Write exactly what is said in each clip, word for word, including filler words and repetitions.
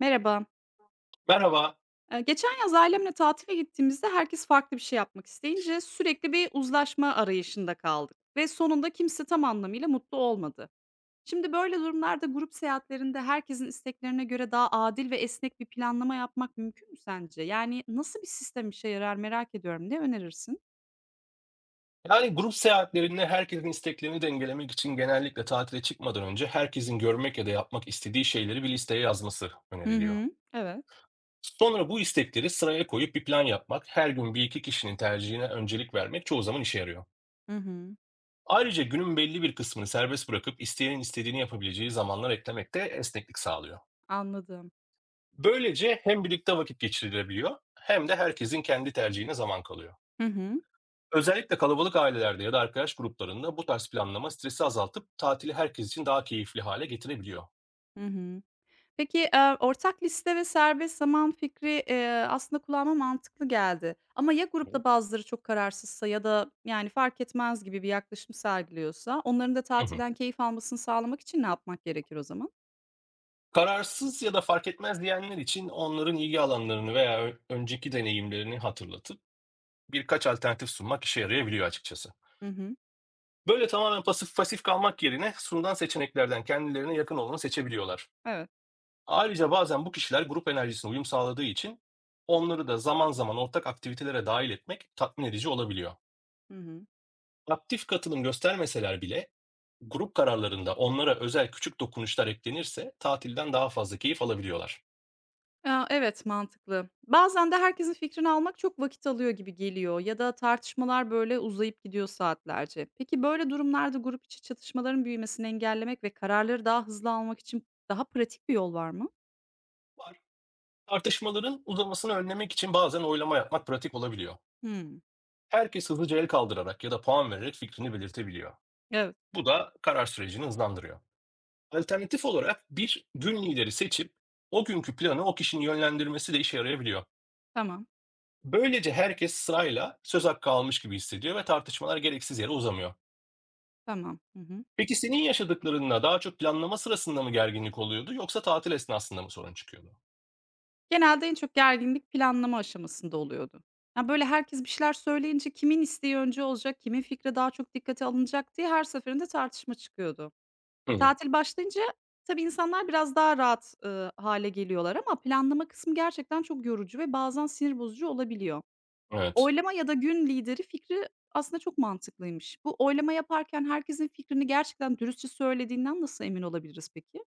Merhaba. Merhaba. Ee, Geçen yaz ailemle tatile gittiğimizde herkes farklı bir şey yapmak isteyince sürekli bir uzlaşma arayışında kaldık ve sonunda kimse tam anlamıyla mutlu olmadı. Şimdi böyle durumlarda grup seyahatlerinde herkesin isteklerine göre daha adil ve esnek bir planlama yapmak mümkün mü sence? Yani nasıl bir sistem işe yarar merak ediyorum. Ne önerirsin? Yani grup seyahatlerinde herkesin isteklerini dengelemek için genellikle tatile çıkmadan önce herkesin görmek ya da yapmak istediği şeyleri bir listeye yazması Hı öneriliyor. hı. Evet. Sonra bu istekleri sıraya koyup bir plan yapmak, her gün bir iki kişinin tercihine öncelik vermek çoğu zaman işe yarıyor. Hı hı. Ayrıca günün belli bir kısmını serbest bırakıp isteyenin istediğini yapabileceği zamanlar eklemek de esneklik sağlıyor. Anladım. Böylece hem birlikte vakit geçirilebiliyor hem de herkesin kendi tercihine zaman kalıyor. Hı hı. Özellikle kalabalık ailelerde ya da arkadaş gruplarında bu tarz planlama stresi azaltıp tatili herkes için daha keyifli hale getirebiliyor. Hı hı. Peki, eee, ortak liste ve serbest zaman fikri, eee, aslında kulağıma mantıklı geldi ama ya Hı hı. grupta bazıları çok kararsızsa ya da, yani, fark etmez gibi bir yaklaşım sergiliyorsa onların da Hı hı. tatilden keyif almasını sağlamak için ne yapmak gerekir o zaman? Kararsız ya da fark etmez diyenler için onların ilgi alanlarını veya ö- önceki deneyimlerini hatırlatıp birkaç alternatif sunmak işe yarayabiliyor, açıkçası. Hı hı. Böyle tamamen pasif pasif kalmak yerine sunulan seçeneklerden kendilerine yakın olanı seçebiliyorlar. Evet. Ayrıca bazen bu kişiler grup enerjisine uyum sağladığı için onları da zaman zaman ortak aktivitelere dahil etmek tatmin edici olabiliyor. Hı hı. Aktif katılım göstermeseler bile grup kararlarında onlara özel küçük dokunuşlar eklenirse tatilden daha fazla keyif alabiliyorlar. Aaa, evet, mantıklı. Bazen de herkesin fikrini almak çok vakit alıyor gibi geliyor ya da tartışmalar, böyle, uzayıp gidiyor saatlerce. Peki, böyle durumlarda grup içi çatışmaların büyümesini engellemek ve kararları daha hızlı almak için daha pratik bir yol var mı? Var. Tartışmaların uzamasını önlemek için bazen oylama yapmak pratik olabiliyor. Hıı. Herkes hızlıca el kaldırarak ya da puan vererek fikrini belirtebiliyor. Evet. Bu da karar sürecini hızlandırıyor. Alternatif olarak bir gün lideri seçip o günkü planı o kişinin yönlendirmesi de işe yarayabiliyor. Tamam, Böylece herkes sırayla söz hakkı almış gibi hissediyor ve tartışmalar gereksiz yere uzamıyor. tamam. Hı hı. Peki, senin yaşadıklarınla daha çok planlama sırasında mı gerginlik oluyordu, yoksa tatil esnasında mı sorun çıkıyordu? Genelde en çok gerginlik planlama aşamasında oluyordu. Ya, böyle, herkes bir şeyler söyleyince kimin isteği önce olacak, kimin fikri daha çok dikkate alınacak diye her seferinde tartışma çıkıyordu. Hımm. Tatil başlayınca tabii insanlar biraz daha rahat, ııı, hâle geliyorlar ama planlama kısmı gerçekten çok yorucu ve bazen sinir bozucu olabiliyor. Evet. Oylama ya da gün lideri fikri aslında çok mantıklıymış. Bu oylama yaparken herkesin fikrini gerçekten dürüstçe söylediğinden nasıl emin olabiliriz peki?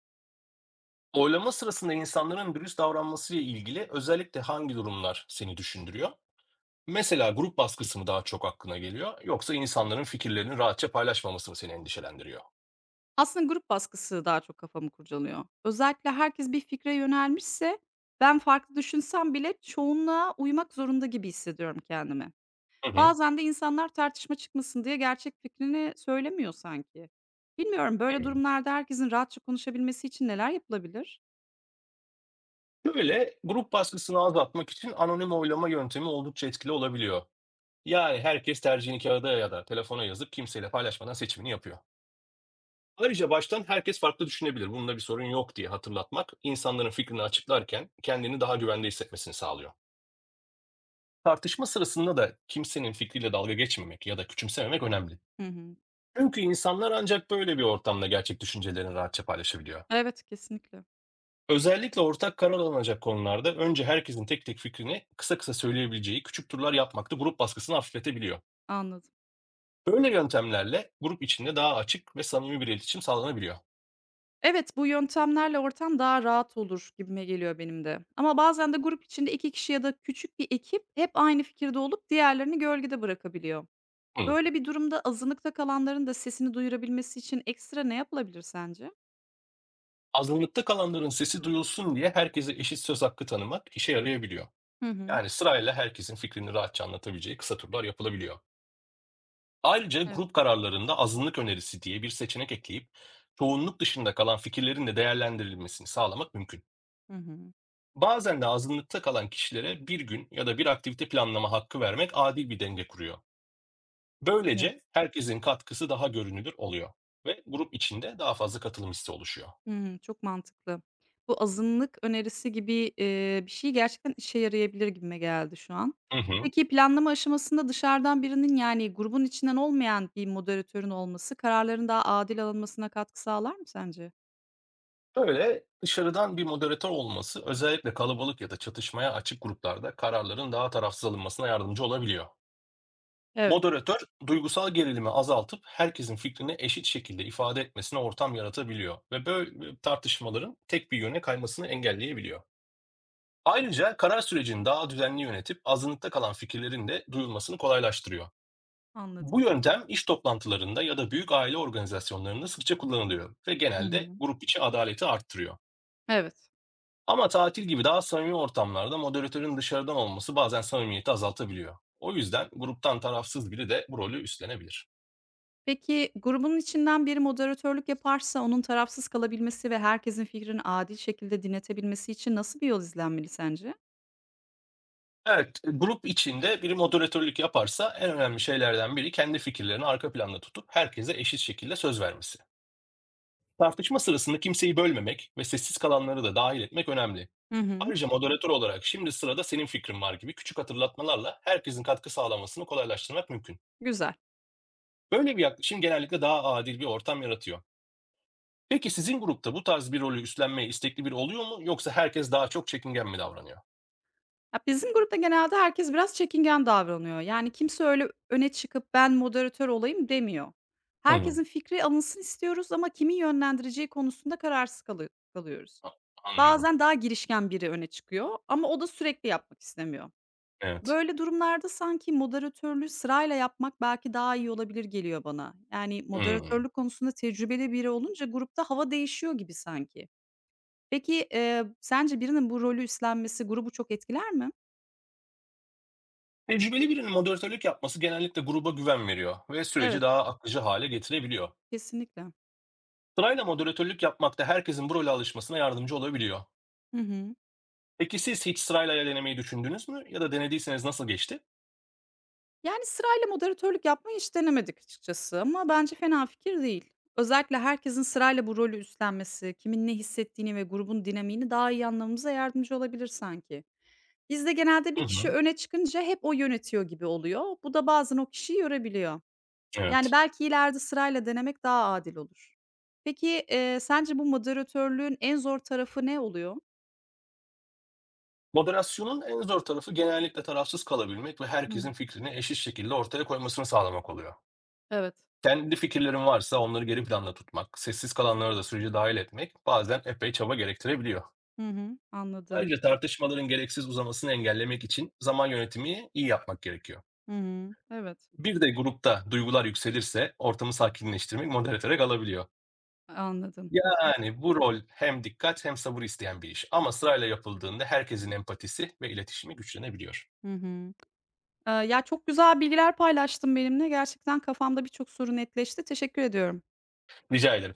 Oylama sırasında insanların dürüst davranmasıyla ilgili özellikle hangi durumlar seni düşündürüyor? Mesela grup baskısı mı daha çok aklına geliyor, yoksa insanların fikirlerini rahatça paylaşmaması mı seni endişelendiriyor? Aslında grup baskısı daha çok kafamı kurcalıyor. Özellikle herkes bir fikre yönelmişse ben farklı düşünsem bile çoğunluğa uymak zorunda gibi hissediyorum kendimi. Hı hı. Bazen de insanlar tartışma çıkmasın diye gerçek fikrini söylemiyor sanki. Bilmiyorum, böyle Hımm. durumlarda herkesin rahatça konuşabilmesi için neler yapılabilir? Grup baskısını azaltmak için anonim oylama yöntemi oldukça etkili olabiliyor. Yani herkes tercihini kağıda ya da telefona yazıp kimseyle paylaşmadan seçimini yapıyor. Ayrıca baştan herkes farklı düşünebilir. Bunda bir sorun yok diye hatırlatmak, insanların fikrini açıklarken kendini daha güvende hissetmesini sağlıyor. Tartışma sırasında da kimsenin fikriyle dalga geçmemek ya da küçümsememek önemli. Hı hı. Çünkü insanlar ancak böyle bir ortamda gerçek düşüncelerini rahatça paylaşabiliyor. Evet, kesinlikle. Özellikle ortak karar alınacak konularda önce herkesin tek tek fikrini kısa kısa söyleyebileceği küçük turlar yapmak da grup baskısını hafifletebiliyor. Anladım. Böyle yöntemlerle grup içinde daha açık ve samimi bir iletişim sağlanabiliyor. Evet, bu yöntemlerle ortam daha rahat olur gibime geliyor benim de. Ama bazen de grup içinde iki kişi ya da küçük bir ekip hep aynı fikirde olup diğerlerini gölgede bırakabiliyor. Hı. Böyle bir durumda azınlıkta kalanların da sesini duyurabilmesi için ekstra ne yapılabilir sence? Azınlıkta kalanların sesi duyulsun diye herkese eşit söz hakkı tanımak işe yarayabiliyor. Hı hı. Yani sırayla herkesin fikrini rahatça anlatabileceği kısa turlar yapılabiliyor. Ayrıca Evet. grup kararlarında azınlık önerisi diye bir seçenek ekleyip çoğunluk dışında kalan fikirlerin de değerlendirilmesini sağlamak mümkün. Hı hı. Bazen de azınlıkta kalan kişilere bir gün ya da bir aktivite planlama hakkı vermek adil bir denge kuruyor. Böylece herkesin katkısı daha görünür oluyor ve grup içinde daha fazla katılım hissi oluşuyor. Hımm, çok mantıklı. Bu azınlık önerisi gibi, eee, bir şey gerçekten işe yarayabilir gibime geldi şu an. Hı hı. Peki, planlama aşamasında dışarıdan birinin, yani, grubun içinden olmayan bir moderatörün olması kararların daha adil alınmasına katkı sağlar mı sence? Böyle, dışarıdan bir moderatör olması, özellikle kalabalık ya da çatışmaya açık gruplarda, kararların daha tarafsız alınmasına yardımcı olabiliyor. Evet, Moderatör, duygusal gerilimi azaltıp herkesin fikrini eşit şekilde ifade etmesine ortam yaratabiliyor ve böyle tartışmaların tek bir yöne kaymasını engelleyebiliyor. Ayrıca karar sürecini daha düzenli yönetip azınlıkta kalan fikirlerin de duyulmasını kolaylaştırıyor. anladım. Bu yöntem iş toplantılarında ya da büyük aile organizasyonlarında sıkça kullanılıyor ve Hı genelde hı. grup içi adaleti arttırıyor. Evet. Ama tatil gibi daha samimi ortamlarda moderatörün dışarıdan olması bazen samimiyeti azaltabiliyor. O yüzden gruptan tarafsız biri de bu rolü üstlenebilir. Peki, grubun içinden biri moderatörlük yaparsa onun tarafsız kalabilmesi ve herkesin fikrini adil şekilde dinletebilmesi için nasıl bir yol izlenmeli sence? Evet, e, grup içinde biri moderatörlük yaparsa en önemli şeylerden biri kendi fikirlerini arka planda tutup herkese eşit şekilde söz vermesi. Tartışma sırasında kimseyi bölmemek ve sessiz kalanları da dahil etmek önemli. Hı hı, Ayrıca moderatör olarak "Şimdi sırada senin fikrin var." gibi küçük hatırlatmalarla herkesin katkı sağlamasını kolaylaştırmak mümkün. güzel. Böyle bir yaklaşım genellikle daha adil bir ortam yaratıyor. Peki sizin grupta bu tarz bir rolü üstlenmeye istekli biri oluyor mu, yoksa herkes daha çok çekingen mi davranıyor? Ya, bizim grupta genelde herkes biraz çekingen davranıyor. Yani, kimse öyle öne çıkıp "Ben moderatör olayım." demiyor. Hımm. Herkesin fikri alınsın istiyoruz ama kimi yönlendireceği konusunda kararsız kalı kalıyoruz. A anlıyorum. Bazen daha girişken biri öne çıkıyor ama o da sürekli yapmak istemiyor. Evet. Böyle durumlarda sanki moderatörlüğü sırayla yapmak belki daha iyi olabilir geliyor bana. Yani, Hımm. moderatörlük konusunda tecrübeli biri olunca grupta hava değişiyor gibi sanki. Peki, eee, sence birinin bu rolü üstlenmesi grubu çok etkiler mi? Tecrübeli birinin moderatörlük yapması genellikle gruba güven veriyor ve süreci Evet. daha akıcı hale getirebiliyor. Kesinlikle. Sırayla moderatörlük yapmak da herkesin bu role alışmasına yardımcı olabiliyor. Hı hı. Peki siz hiç sırayla denemeyi düşündünüz mü ya da denediyseniz nasıl geçti? Yani, sırayla moderatörlük yapmayı hiç denemedik açıkçası ama bence fena fikir değil. Özellikle herkesin sırayla bu rolü üstlenmesi, kimin ne hissettiğini ve grubun dinamiğini daha iyi anlamamıza yardımcı olabilir sanki. Bizde genelde bir Hı kişi hı. öne çıkınca hep o yönetiyor gibi oluyor. Bu da bazen o kişiyi yorabiliyor. Yani, Evet. belki ileride sırayla denemek daha adil olur. Peki, eee, sence bu moderatörlüğün en zor tarafı ne oluyor? Moderasyonun en zor tarafı genellikle tarafsız kalabilmek ve Hıı. herkesin fikrini eşit şekilde ortaya koymasını sağlamak oluyor. Evet. Kendi fikirlerin varsa onları geri planda tutmak, sessiz kalanları da sürece dahil etmek bazen epey çaba gerektirebiliyor. Hı hı. Anladım. Ayrıca tartışmaların gereksiz uzamasını engellemek için zaman yönetimi iyi yapmak gerekiyor. Hı hı. Evet. Bir de grupta duygular yükselirse ortamı sakinleştirmek moderatöre kalabiliyor. Anladım. Hı hı. Yani bu rol hem dikkat hem sabır isteyen bir iş ama sırayla yapıldığında herkesin empatisi ve iletişimi güçlenebiliyor. Hı hı. Ya, çok güzel bilgiler paylaştın benimle. Gerçekten kafamda birçok soru netleşti. Teşekkür ediyorum. Rica ederim.